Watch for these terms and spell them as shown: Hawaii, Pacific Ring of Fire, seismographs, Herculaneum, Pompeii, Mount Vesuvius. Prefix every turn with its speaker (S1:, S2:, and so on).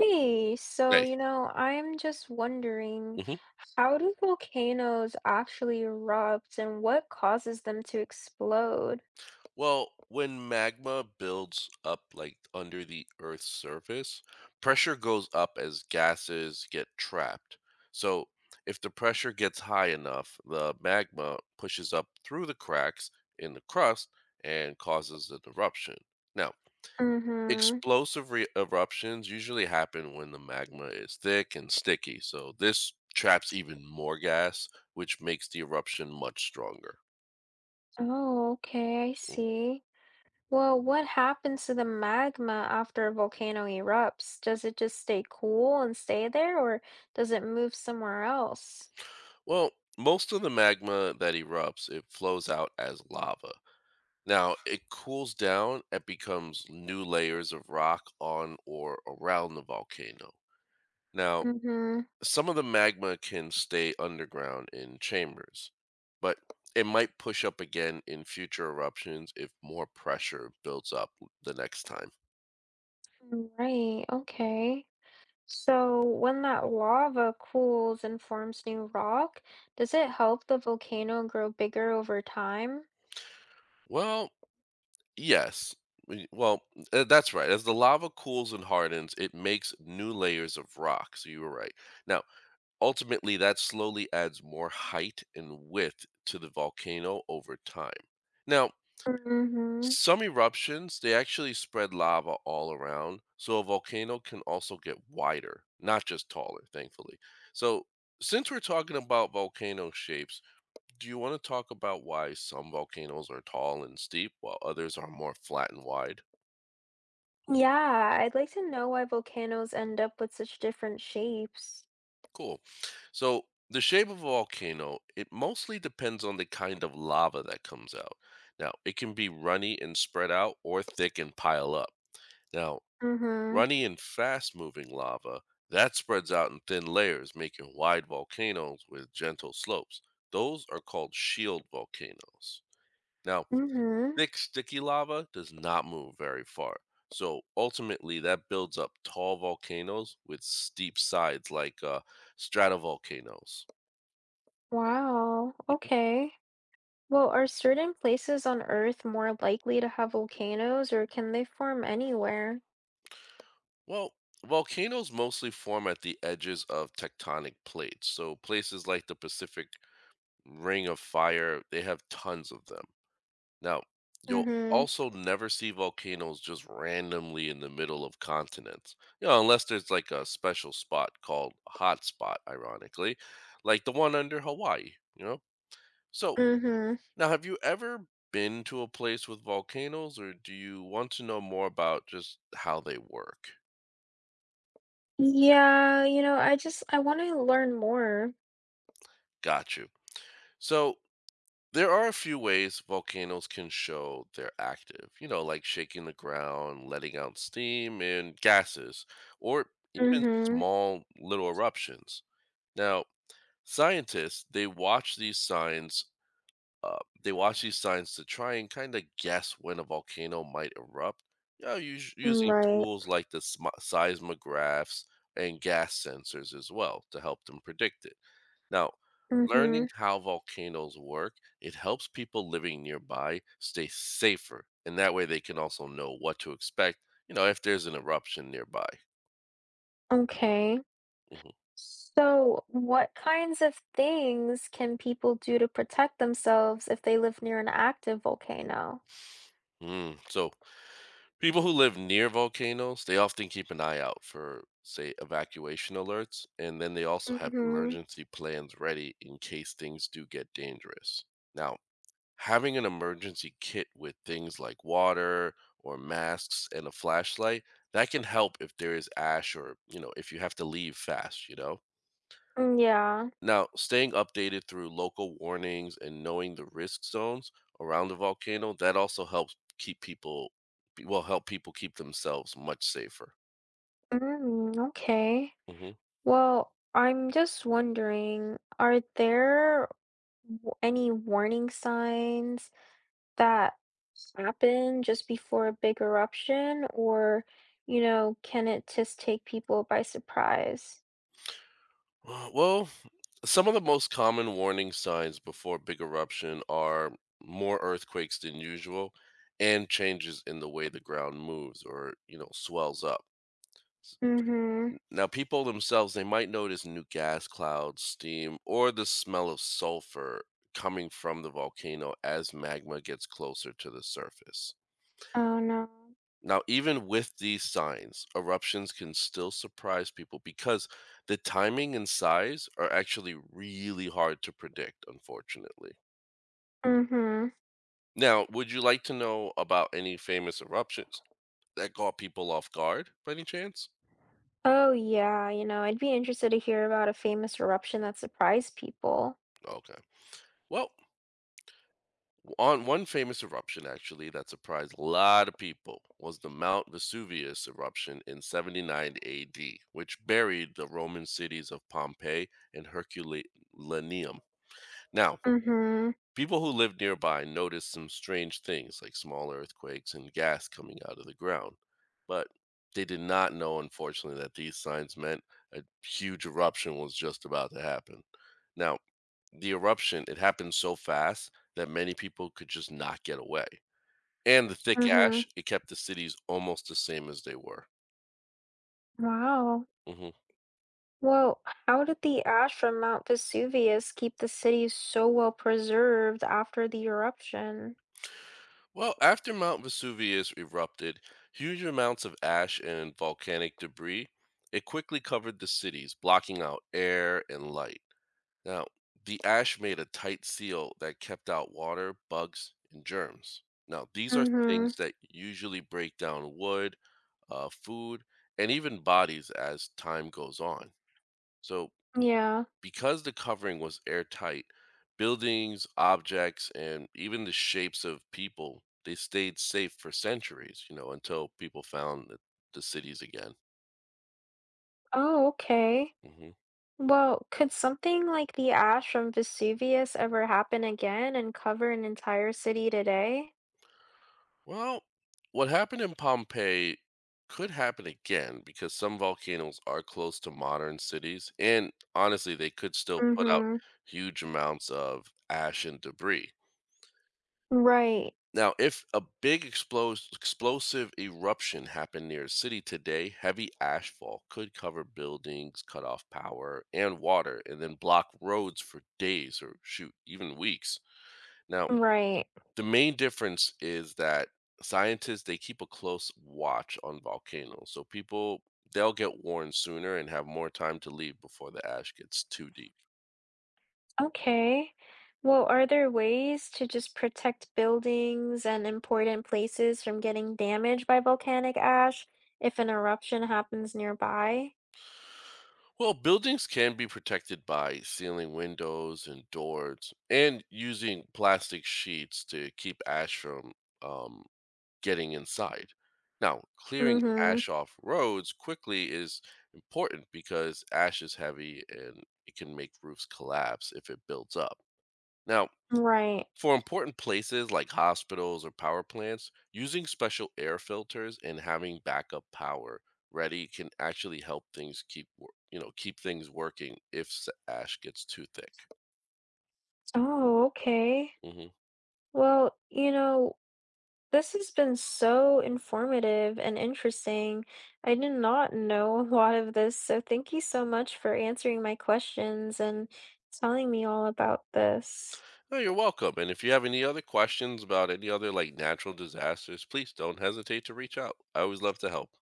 S1: Hey, so
S2: Right.
S1: I'm just wondering,
S2: hmm
S1: how do volcanoes actually erupt and what causes them to explode?
S2: Well, when magma builds up like under the Earth's surface, pressure goes up as gases get trapped. So, if the pressure gets high enough, the magma pushes up through the cracks in the crust and causes an eruption. Now,
S1: Mm-hmm.
S2: eruptions usually happen when the magma is thick and sticky. So, this traps even more gas, which makes the eruption much stronger.
S1: Oh, okay, I
S2: Mm-hmm.
S1: see. Well, what happens to the magma after a volcano erupts? Does it just stay cool and stay there, or does it move somewhere else?
S2: Well, most of the magma that erupts, it flows out as lava. Now, it cools down and becomes new layers of rock on or around the volcano. Now,
S1: Mm-hmm.
S2: some of the magma can stay underground in chambers, but it might push up again in future eruptions if more pressure builds up the next time.
S1: Right, okay. So when that lava cools and forms new rock, does it help the volcano grow bigger over time?
S2: Well, yes. we- Well, that's right. As the lava cools and hardens, it makes new layers of rock. So you were right. Now, ultimately, that slowly adds more height and width to the volcano over time. Now,
S1: Hmm.
S2: some eruptions, they actually spread lava all around, so a volcano can also get wider, not just taller, thankfully. So, since we're talking about volcano shapes, do you want to talk about why some volcanoes are tall and steep while others are more flat and wide?
S1: Yeah, I'd like to know why volcanoes end up with such different shapes.
S2: Cool. So the shape of a volcano, it mostly depends on the kind of lava that comes out. Now, it can be runny and spread out or thick and pile up. Now,
S1: Mm-hmm.
S2: runny and fast moving lava, that spreads out in thin layers, making wide volcanoes with gentle slopes. Those are called shield volcanoes. Now,
S1: Mm-hmm.
S2: thick, sticky lava does not move very far. So ultimately, that builds up tall volcanoes with steep sides like stratovolcanoes.
S1: Wow.
S2: Mhm.
S1: Okay. Well, are certain places on Earth more likely to have volcanoes, or can they form anywhere?
S2: Well, volcanoes mostly form at the edges of tectonic plates. So places like the Pacific Ring of Fire, they have tons of them. Now, you'll
S1: Mm-hmm.
S2: also never see volcanoes just randomly in the middle of continents. You know, unless there's like a special spot called hotspot, ironically, like the one under Hawaii, you know? So
S1: Mm-hmm.
S2: now, have you ever been to a place with volcanoes, or do you want to know more about just how they work?
S1: Yeah, I want to learn more.
S2: Got you. So, there are a few ways volcanoes can show they're active, you know, like shaking the ground, letting out steam and gases, or even
S1: Mm-hmm.
S2: small little eruptions. Now, scientists, they watch these signs Uh, they watch these signs to try and kind of guess when a volcano might erupt, you know, using
S1: Right.
S2: tools like the seismographs and gas sensors as well to help them predict it. Now, learning
S1: Mhm.
S2: how volcanoes work, it helps people living nearby stay safer, and that way they can also know what to expect, you know, if there's an eruption nearby.
S1: Okay.
S2: Mhm.
S1: So, what kinds of things can people do to protect themselves if they live near an active volcano?
S2: So, people who live near volcanoes, they often keep an eye out for, say, evacuation alerts, and then they also have
S1: Mhm.
S2: emergency plans ready in case things do get dangerous. Now, having an emergency kit with things like water or masks and a flashlight, that can help if there is ash or, you know, if you have to leave fast, you know?
S1: Mm, yeah.
S2: Now, staying updated through local warnings and knowing the risk zones around the volcano, that also helps keep people will help people keep themselves much safer.
S1: Mm, okay.
S2: hmm
S1: Well, I'm just wondering, are there any warning signs that happen just before a big eruption, or, you know, can it just take people by surprise?
S2: Well, some of the most common warning signs before big eruption are more earthquakes than usual and changes in the way the ground moves or, you know, swells up.
S1: Mm-hmm.
S2: Now, people themselves, they might notice new gas clouds, steam, or the smell of sulfur coming from the volcano as magma gets closer to the surface.
S1: Oh no.
S2: Now, even with these signs, eruptions can still surprise people because the timing and size are actually really hard to predict, unfortunately.
S1: Mm-hmm.
S2: Now, would you like to know about any famous eruptions that caught people off guard by any chance?
S1: Oh yeah, I'd be interested to hear about a famous eruption that surprised people.
S2: Okay. Well, on one famous eruption, actually, that surprised a lot of people was the Mount Vesuvius eruption in 79 AD, which buried the Roman cities of Pompeii and Herculaneum. Now,
S1: Mm-hmm.
S2: people who lived nearby noticed some strange things like small earthquakes and gas coming out of the ground, but they did not know, unfortunately, that these signs meant a huge eruption was just about to happen. Now, the eruption, it happened so fast that many people could just not get away, and the thick
S1: Mm-hmm.
S2: ash, it kept the cities almost the same as they were.
S1: Wow.
S2: Mhm.
S1: Well, how did the ash from Mount Vesuvius keep the city so well preserved after the eruption?
S2: Well, after Mount Vesuvius erupted, huge amounts of ash and volcanic debris, it quickly covered the cities, blocking out air and light. Now, the ash made a tight seal that kept out water, bugs, and germs. Now, these are
S1: Mm-hmm.
S2: things that usually break down wood food, and even bodies as time goes on. So,
S1: Yeah.
S2: because the covering was airtight, buildings, objects, and even the shapes of people, they stayed safe for centuries, you know, until people found the cities again.
S1: Oh, okay.
S2: hmm
S1: Well, could something like the ash from Vesuvius ever happen again and cover an entire city today?
S2: Well, what happened in Pompeii could happen again because some volcanoes are close to modern cities, and honestly, they could still put out
S1: Mm-hmm.
S2: huge amounts of ash and debris.
S1: Right.
S2: Now, if a big explosive eruption happened near a city today, heavy ashfall could cover buildings, cut off power and water, and then block roads for days or shoot, even weeks. Now,
S1: Right.
S2: the main difference is that scientists they keep a close watch on volcanoes. So people they'll get warned sooner and have more time to leave before the ash gets too deep.
S1: Okay. Well, are there ways to just protect buildings and important places from getting damaged by volcanic ash if an eruption happens nearby?
S2: Well, buildings can be protected by sealing windows and doors and using plastic sheets to keep ash from um, getting inside. Now, clearing
S1: Mm-hmm.
S2: ash off roads quickly is important because ash is heavy and it can make roofs collapse if it builds up. Now,
S1: Right.
S2: for important places like hospitals or power plants, using special air filters and having backup power ready can actually help things keep things working if ash gets too thick.
S1: Oh, okay.
S2: hmm
S1: Well, this has been so informative and interesting. I did not know a lot of this, so thank you so much for answering my questions and telling me all about this.
S2: Oh, you're welcome. And if you have any other questions about any other like natural disasters, please don't hesitate to reach out. I always love to help.